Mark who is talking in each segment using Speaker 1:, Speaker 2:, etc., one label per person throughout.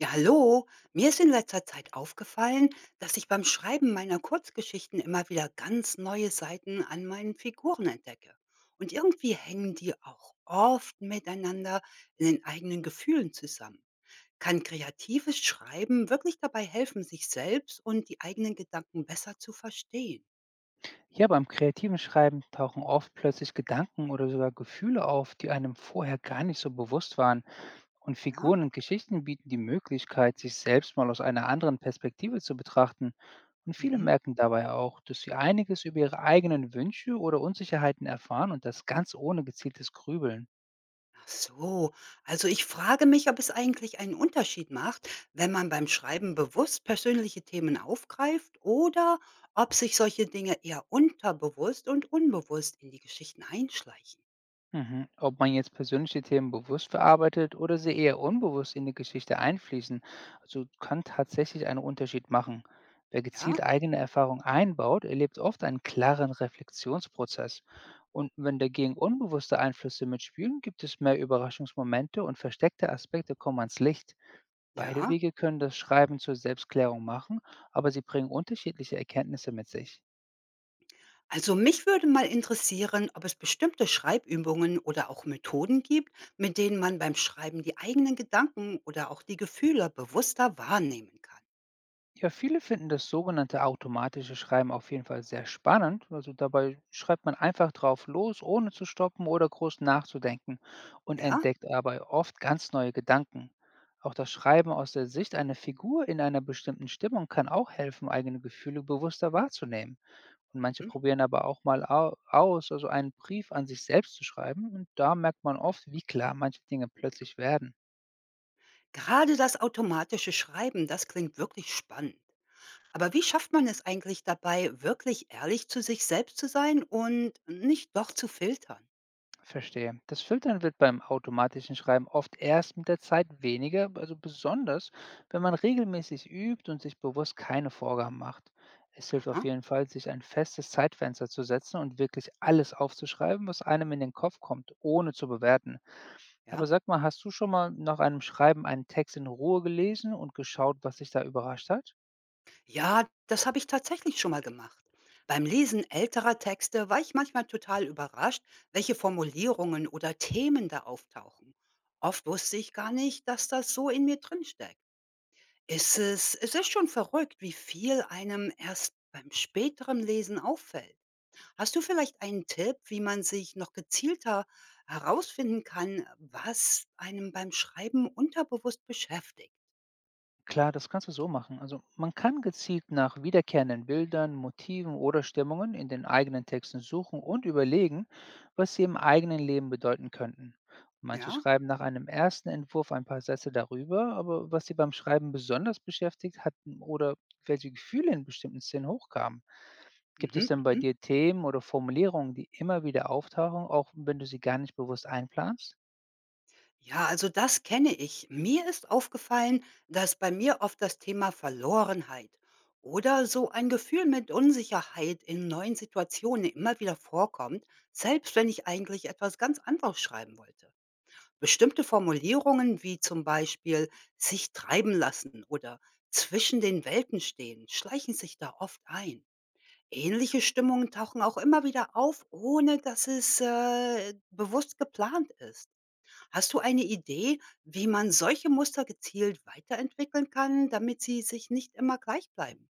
Speaker 1: Ja, hallo. Mir ist in letzter Zeit aufgefallen, dass ich beim Schreiben meiner Kurzgeschichten immer wieder ganz neue Seiten an meinen Figuren entdecke. Und irgendwie hängen die auch oft miteinander in den eigenen Gefühlen zusammen. Kann kreatives Schreiben wirklich dabei helfen, sich selbst und die eigenen Gedanken besser zu verstehen?
Speaker 2: Ja, beim kreativen Schreiben tauchen oft plötzlich Gedanken oder sogar Gefühle auf, die einem vorher gar nicht so bewusst waren. Und
Speaker 1: Ja?
Speaker 2: Figuren und Geschichten bieten die Möglichkeit, sich selbst mal aus einer anderen Perspektive zu betrachten. Und viele
Speaker 1: Mhm.
Speaker 2: merken dabei auch, dass sie einiges über ihre eigenen Wünsche oder Unsicherheiten erfahren und das ganz ohne gezieltes Grübeln.
Speaker 1: Ach so, also ich frage mich, ob es eigentlich einen Unterschied macht, wenn man beim Schreiben bewusst persönliche Themen aufgreift oder ob sich solche Dinge eher unterbewusst und unbewusst in die Geschichten einschleichen.
Speaker 2: Mhm. Ob man jetzt persönliche Themen bewusst verarbeitet oder sie eher unbewusst in die Geschichte einfließen, also kann tatsächlich einen Unterschied machen. Wer
Speaker 1: Ja,
Speaker 2: gezielt eigene Erfahrung einbaut, erlebt oft einen klaren Reflexionsprozess. Und wenn dagegen unbewusste Einflüsse mitspielen, gibt es mehr Überraschungsmomente und versteckte Aspekte kommen ans Licht. Beide
Speaker 1: ja.
Speaker 2: Wege können das Schreiben zur Selbstklärung machen, aber sie bringen unterschiedliche Erkenntnisse mit sich.
Speaker 1: Also mich würde mal interessieren, ob es bestimmte Schreibübungen oder auch Methoden gibt, mit denen man beim Schreiben die eigenen Gedanken oder auch die Gefühle bewusster wahrnehmen kann.
Speaker 2: Ja, viele finden das sogenannte automatische Schreiben auf jeden Fall sehr spannend. Also dabei schreibt man einfach drauf los, ohne zu stoppen oder groß nachzudenken und
Speaker 1: Ja?
Speaker 2: entdeckt dabei oft ganz neue Gedanken. Auch das Schreiben aus der Sicht einer Figur in einer bestimmten Stimmung kann auch helfen, eigene Gefühle bewusster wahrzunehmen. Und manche
Speaker 1: Mhm.
Speaker 2: probieren aber auch mal aus, also einen Brief an sich selbst zu schreiben. Und da merkt man oft, wie klar manche Dinge plötzlich werden.
Speaker 1: Gerade das automatische Schreiben, das klingt wirklich spannend. Aber wie schafft man es eigentlich dabei, wirklich ehrlich zu sich selbst zu sein und nicht doch zu filtern?
Speaker 2: Verstehe. Das Filtern wird beim automatischen Schreiben oft erst mit der Zeit weniger, also besonders, wenn man regelmäßig übt und sich bewusst keine Vorgaben macht. Es hilft
Speaker 1: Aha,
Speaker 2: auf jeden Fall, sich ein festes Zeitfenster zu setzen und wirklich alles aufzuschreiben, was einem in den Kopf kommt, ohne zu bewerten. Aber
Speaker 1: ja.
Speaker 2: sag mal, hast du schon mal nach einem Schreiben einen Text in Ruhe gelesen und geschaut, was dich da überrascht hat?
Speaker 1: Ja, das habe ich tatsächlich schon mal gemacht. Beim Lesen älterer Texte war ich manchmal total überrascht, welche Formulierungen oder Themen da auftauchen. Oft wusste ich gar nicht, dass das so in mir drinsteckt. Es ist, es ist schon verrückt, wie viel einem erst beim späteren Lesen auffällt. Hast du vielleicht einen Tipp, wie man sich noch gezielter herausfinden kann, was einem beim Schreiben unterbewusst beschäftigt?
Speaker 2: Klar, das kannst du so machen. Also man kann gezielt nach wiederkehrenden Bildern, Motiven oder Stimmungen in den eigenen Texten suchen und überlegen, was sie im eigenen Leben bedeuten könnten. Manche
Speaker 1: Ja?
Speaker 2: schreiben nach einem ersten Entwurf ein paar Sätze darüber, aber was sie beim Schreiben besonders beschäftigt hatten oder welche Gefühle in bestimmten Szenen hochkamen. Gibt es
Speaker 1: Mhm,
Speaker 2: denn bei
Speaker 1: mhm.
Speaker 2: dir Themen oder Formulierungen, die immer wieder auftauchen, auch wenn du sie gar nicht bewusst einplanst?
Speaker 1: Ja, also das kenne ich. Mir ist aufgefallen, dass bei mir oft das Thema Verlorenheit oder so ein Gefühl mit Unsicherheit in neuen Situationen immer wieder vorkommt, selbst wenn ich eigentlich etwas ganz anderes schreiben wollte. Bestimmte Formulierungen wie zum Beispiel „sich treiben lassen“ oder „zwischen den Welten stehen“ schleichen sich da oft ein. Ähnliche Stimmungen tauchen auch immer wieder auf, ohne dass es, bewusst geplant ist. Hast du eine Idee, wie man solche Muster gezielt weiterentwickeln kann, damit sie sich nicht immer gleich bleiben?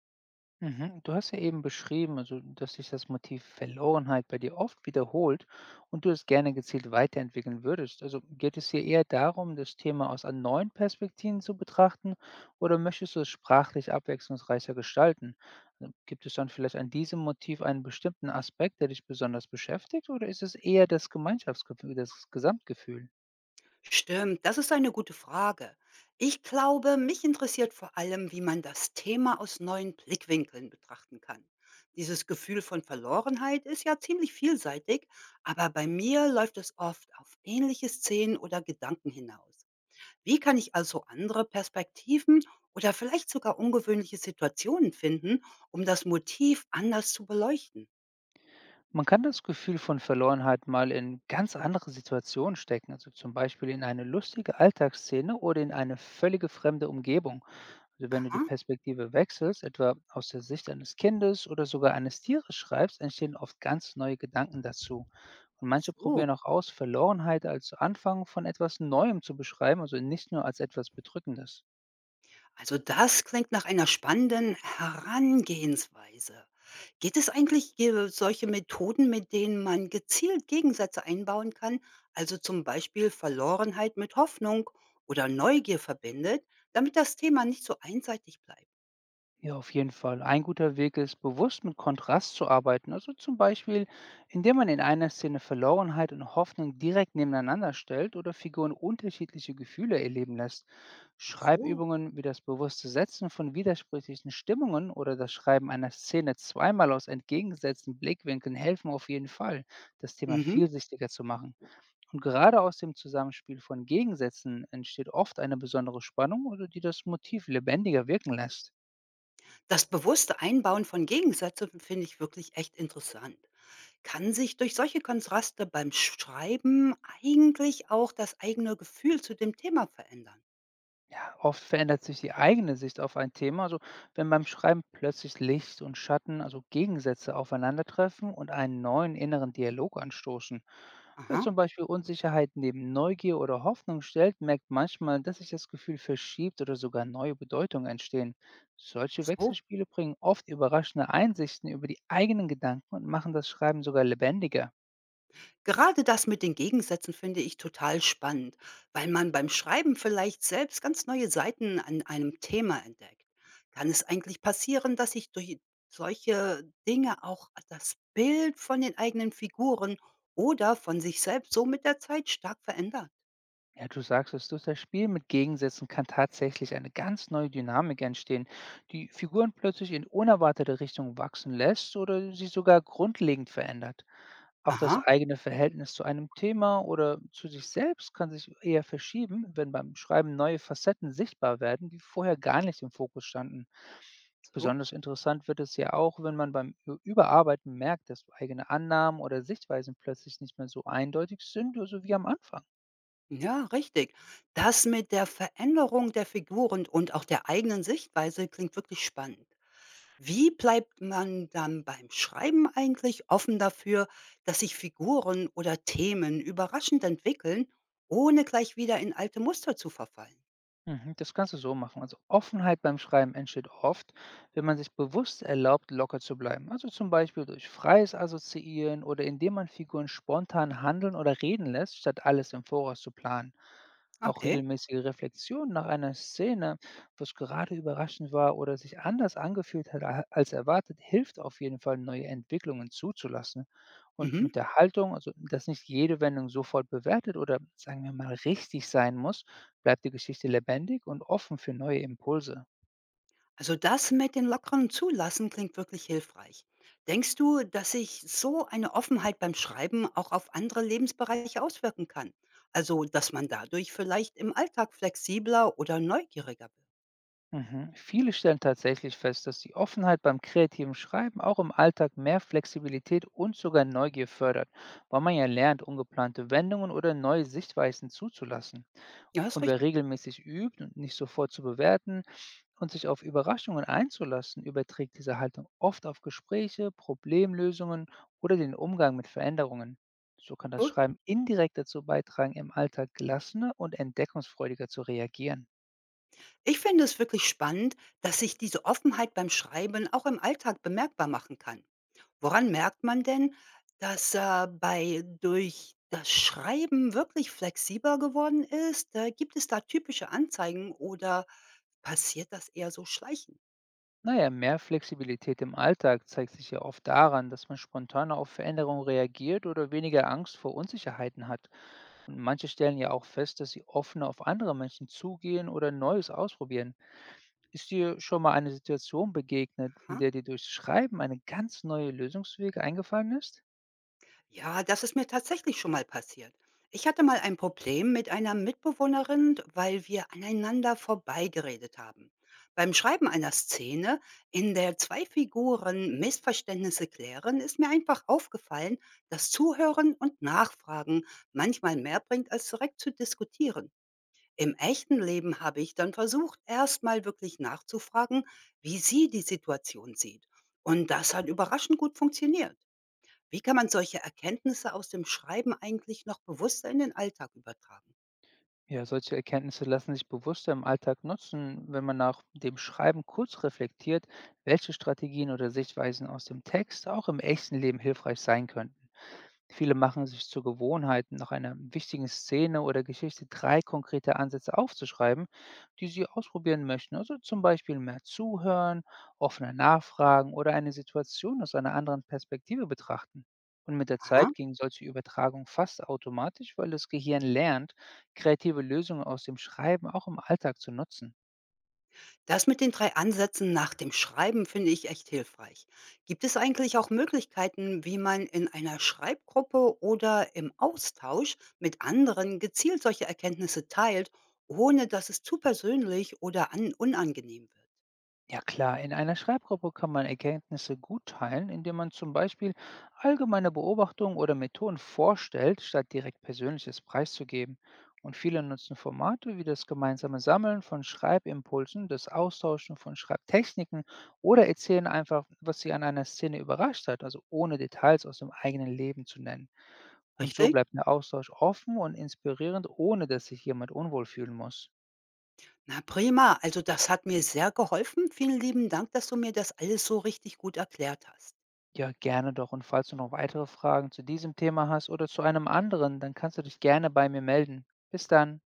Speaker 2: Mhm. Du hast ja eben beschrieben, also dass sich das Motiv Verlorenheit bei dir oft wiederholt und du es gerne gezielt weiterentwickeln würdest. Also geht es hier eher darum, das Thema aus an neuen Perspektiven zu betrachten oder möchtest du es sprachlich abwechslungsreicher gestalten? Also, gibt es dann vielleicht an diesem Motiv einen bestimmten Aspekt, der dich besonders beschäftigt oder ist es eher das Gemeinschaftsgefühl, das Gesamtgefühl?
Speaker 1: Stimmt, das ist eine gute Frage. Ich glaube, mich interessiert vor allem, wie man das Thema aus neuen Blickwinkeln betrachten kann. Dieses Gefühl von Verlorenheit ist ja ziemlich vielseitig, aber bei mir läuft es oft auf ähnliche Szenen oder Gedanken hinaus. Wie kann ich also andere Perspektiven oder vielleicht sogar ungewöhnliche Situationen finden, um das Motiv anders zu beleuchten?
Speaker 2: Man kann das Gefühl von Verlorenheit mal in ganz andere Situationen stecken, also zum Beispiel in eine lustige Alltagsszene oder in eine völlige fremde Umgebung. Also wenn du die
Speaker 1: Aha,
Speaker 2: Perspektive wechselst, etwa aus der Sicht eines Kindes oder sogar eines Tieres schreibst, entstehen oft ganz neue Gedanken dazu. Und manche
Speaker 1: so.
Speaker 2: probieren auch aus, Verlorenheit als Anfang von etwas Neuem zu beschreiben, also nicht nur als etwas Bedrückendes.
Speaker 1: Also das klingt nach einer spannenden Herangehensweise. Geht es eigentlich hier solche Methoden, mit denen man gezielt Gegensätze einbauen kann, also zum Beispiel Verlorenheit mit Hoffnung oder Neugier verbindet, damit das Thema nicht so einseitig bleibt?
Speaker 2: Ja, auf jeden Fall. Ein guter Weg ist, bewusst mit Kontrast zu arbeiten. Also zum Beispiel, indem man in einer Szene Verlorenheit und Hoffnung direkt nebeneinander stellt oder Figuren unterschiedliche Gefühle erleben lässt.
Speaker 1: Ach so.
Speaker 2: Schreibübungen wie das bewusste Setzen von widersprüchlichen Stimmungen oder das Schreiben einer Szene zweimal aus entgegengesetzten Blickwinkeln helfen auf jeden Fall, das Thema
Speaker 1: Mhm.
Speaker 2: vielsichtiger zu machen. Und gerade aus dem Zusammenspiel von Gegensätzen entsteht oft eine besondere Spannung oder die das Motiv lebendiger wirken lässt.
Speaker 1: Das bewusste Einbauen von Gegensätzen finde ich wirklich echt interessant. Kann sich durch solche Kontraste beim Schreiben eigentlich auch das eigene Gefühl zu dem Thema verändern?
Speaker 2: Ja, oft verändert sich die eigene Sicht auf ein Thema. Also wenn beim Schreiben plötzlich Licht und Schatten, also Gegensätze aufeinandertreffen und einen neuen inneren Dialog anstoßen. Wer
Speaker 1: Aha,
Speaker 2: zum Beispiel Unsicherheit neben Neugier oder Hoffnung stellt, merkt manchmal, dass sich das Gefühl verschiebt oder sogar neue Bedeutungen entstehen. Solche
Speaker 1: so.
Speaker 2: Wechselspiele bringen oft überraschende Einsichten über die eigenen Gedanken und machen das Schreiben sogar lebendiger.
Speaker 1: Gerade das mit den Gegensätzen finde ich total spannend, weil man beim Schreiben vielleicht selbst ganz neue Seiten an einem Thema entdeckt. Kann es eigentlich passieren, dass sich durch solche Dinge auch das Bild von den eigenen Figuren oder von sich selbst so mit der Zeit stark verändert?
Speaker 2: Ja, du sagst es, durch das Spiel mit Gegensätzen kann tatsächlich eine ganz neue Dynamik entstehen, die Figuren plötzlich in unerwartete Richtungen wachsen lässt oder sie sogar grundlegend verändert. Auch das
Speaker 1: Aha,
Speaker 2: eigene Verhältnis zu einem Thema oder zu sich selbst kann sich eher verschieben, wenn beim Schreiben neue Facetten sichtbar werden, die vorher gar nicht im Fokus standen.
Speaker 1: so.
Speaker 2: Besonders interessant wird es ja auch, wenn man beim Überarbeiten merkt, dass eigene Annahmen oder Sichtweisen plötzlich nicht mehr so eindeutig sind, so wie am Anfang.
Speaker 1: Ja, richtig. Das mit der Veränderung der Figuren und auch der eigenen Sichtweise klingt wirklich spannend. Wie bleibt man dann beim Schreiben eigentlich offen dafür, dass sich Figuren oder Themen überraschend entwickeln, ohne gleich wieder in alte Muster zu verfallen?
Speaker 2: Mhm, das kannst du so machen. Also Offenheit beim Schreiben entsteht oft, wenn man sich bewusst erlaubt, locker zu bleiben. Also zum Beispiel durch freies Assoziieren oder indem man Figuren spontan handeln oder reden lässt, statt alles im Voraus zu planen. Auch
Speaker 1: Okay.
Speaker 2: regelmäßige Reflexion nach einer Szene, was gerade überraschend war oder sich anders angefühlt hat als erwartet, hilft auf jeden Fall, neue Entwicklungen zuzulassen. Und
Speaker 1: Mhm.
Speaker 2: mit der Haltung, also dass nicht jede Wendung sofort bewertet oder sagen wir mal richtig sein muss, bleibt die Geschichte lebendig und offen für neue Impulse.
Speaker 1: Also das mit den lockeren Zulassen klingt wirklich hilfreich. Denkst du, dass sich so eine Offenheit beim Schreiben auch auf andere Lebensbereiche auswirken kann? Also, dass man dadurch vielleicht im Alltag flexibler oder neugieriger wird?
Speaker 2: Mhm. Viele stellen tatsächlich fest, dass die Offenheit beim kreativen Schreiben auch im Alltag mehr Flexibilität und sogar Neugier fördert, weil man ja lernt, ungeplante Wendungen oder neue Sichtweisen zuzulassen.
Speaker 1: Ja, ist
Speaker 2: Und wer
Speaker 1: richtig.
Speaker 2: regelmäßig übt und nicht sofort zu bewerten und sich auf Überraschungen einzulassen, überträgt diese Haltung oft auf Gespräche, Problemlösungen oder den Umgang mit Veränderungen. So kann das
Speaker 1: Gut.
Speaker 2: Schreiben indirekt dazu beitragen, im Alltag gelassener und entdeckungsfreudiger zu reagieren.
Speaker 1: Ich finde es wirklich spannend, dass sich diese Offenheit beim Schreiben auch im Alltag bemerkbar machen kann. Woran merkt man denn, dass er bei durch das Schreiben wirklich flexibler geworden ist? Gibt es da typische Anzeigen oder passiert das eher so schleichend?
Speaker 2: Naja, mehr Flexibilität im Alltag zeigt sich ja oft daran, dass man spontaner auf Veränderungen reagiert oder weniger Angst vor Unsicherheiten hat. Und manche stellen ja auch fest, dass sie offener auf andere Menschen zugehen oder Neues ausprobieren. Ist dir schon mal eine Situation begegnet, in
Speaker 1: Aha.
Speaker 2: der dir durchs Schreiben eine ganz neue Lösungswege eingefallen ist?
Speaker 1: Ja, das ist mir tatsächlich schon mal passiert. Ich hatte mal ein Problem mit einer Mitbewohnerin, weil wir aneinander vorbeigeredet haben. Beim Schreiben einer Szene, in der zwei Figuren Missverständnisse klären, ist mir einfach aufgefallen, dass Zuhören und Nachfragen manchmal mehr bringt, als direkt zu diskutieren. Im echten Leben habe ich dann versucht, erstmal wirklich nachzufragen, wie sie die Situation sieht. Und das hat überraschend gut funktioniert. Wie kann man solche Erkenntnisse aus dem Schreiben eigentlich noch bewusster in den Alltag übertragen?
Speaker 2: Ja, solche Erkenntnisse lassen sich bewusster im Alltag nutzen, wenn man nach dem Schreiben kurz reflektiert, welche Strategien oder Sichtweisen aus dem Text auch im echten Leben hilfreich sein können. Viele machen sich zur Gewohnheit, nach einer wichtigen Szene oder Geschichte drei konkrete Ansätze aufzuschreiben, die sie ausprobieren möchten. Also zum Beispiel mehr zuhören, offener nachfragen oder eine Situation aus einer anderen Perspektive betrachten. Und mit der
Speaker 1: Aha.
Speaker 2: Zeit ging solche Übertragung fast automatisch, weil das Gehirn lernt, kreative Lösungen aus dem Schreiben auch im Alltag zu nutzen.
Speaker 1: Das mit den 3 Ansätzen nach dem Schreiben finde ich echt hilfreich. Gibt es eigentlich auch Möglichkeiten, wie man in einer Schreibgruppe oder im Austausch mit anderen gezielt solche Erkenntnisse teilt, ohne dass es zu persönlich oder an unangenehm wird?
Speaker 2: Ja klar, in einer Schreibgruppe kann man Erkenntnisse gut teilen, indem man zum Beispiel allgemeine Beobachtungen oder Methoden vorstellt, statt direkt Persönliches preiszugeben. Und viele nutzen Formate wie das gemeinsame Sammeln von Schreibimpulsen, das Austauschen von Schreibtechniken oder erzählen einfach, was sie an einer Szene überrascht hat, also ohne Details aus dem eigenen Leben zu nennen. Und so
Speaker 1: Richtig?
Speaker 2: bleibt der Austausch offen und inspirierend, ohne dass sich jemand unwohl fühlen muss.
Speaker 1: Na prima, also das hat mir sehr geholfen. Vielen lieben Dank, dass du mir das alles so richtig gut erklärt hast.
Speaker 2: Ja, gerne doch. Und falls du noch weitere Fragen zu diesem Thema hast oder zu einem anderen, dann kannst du dich gerne bei mir melden. Bis dann.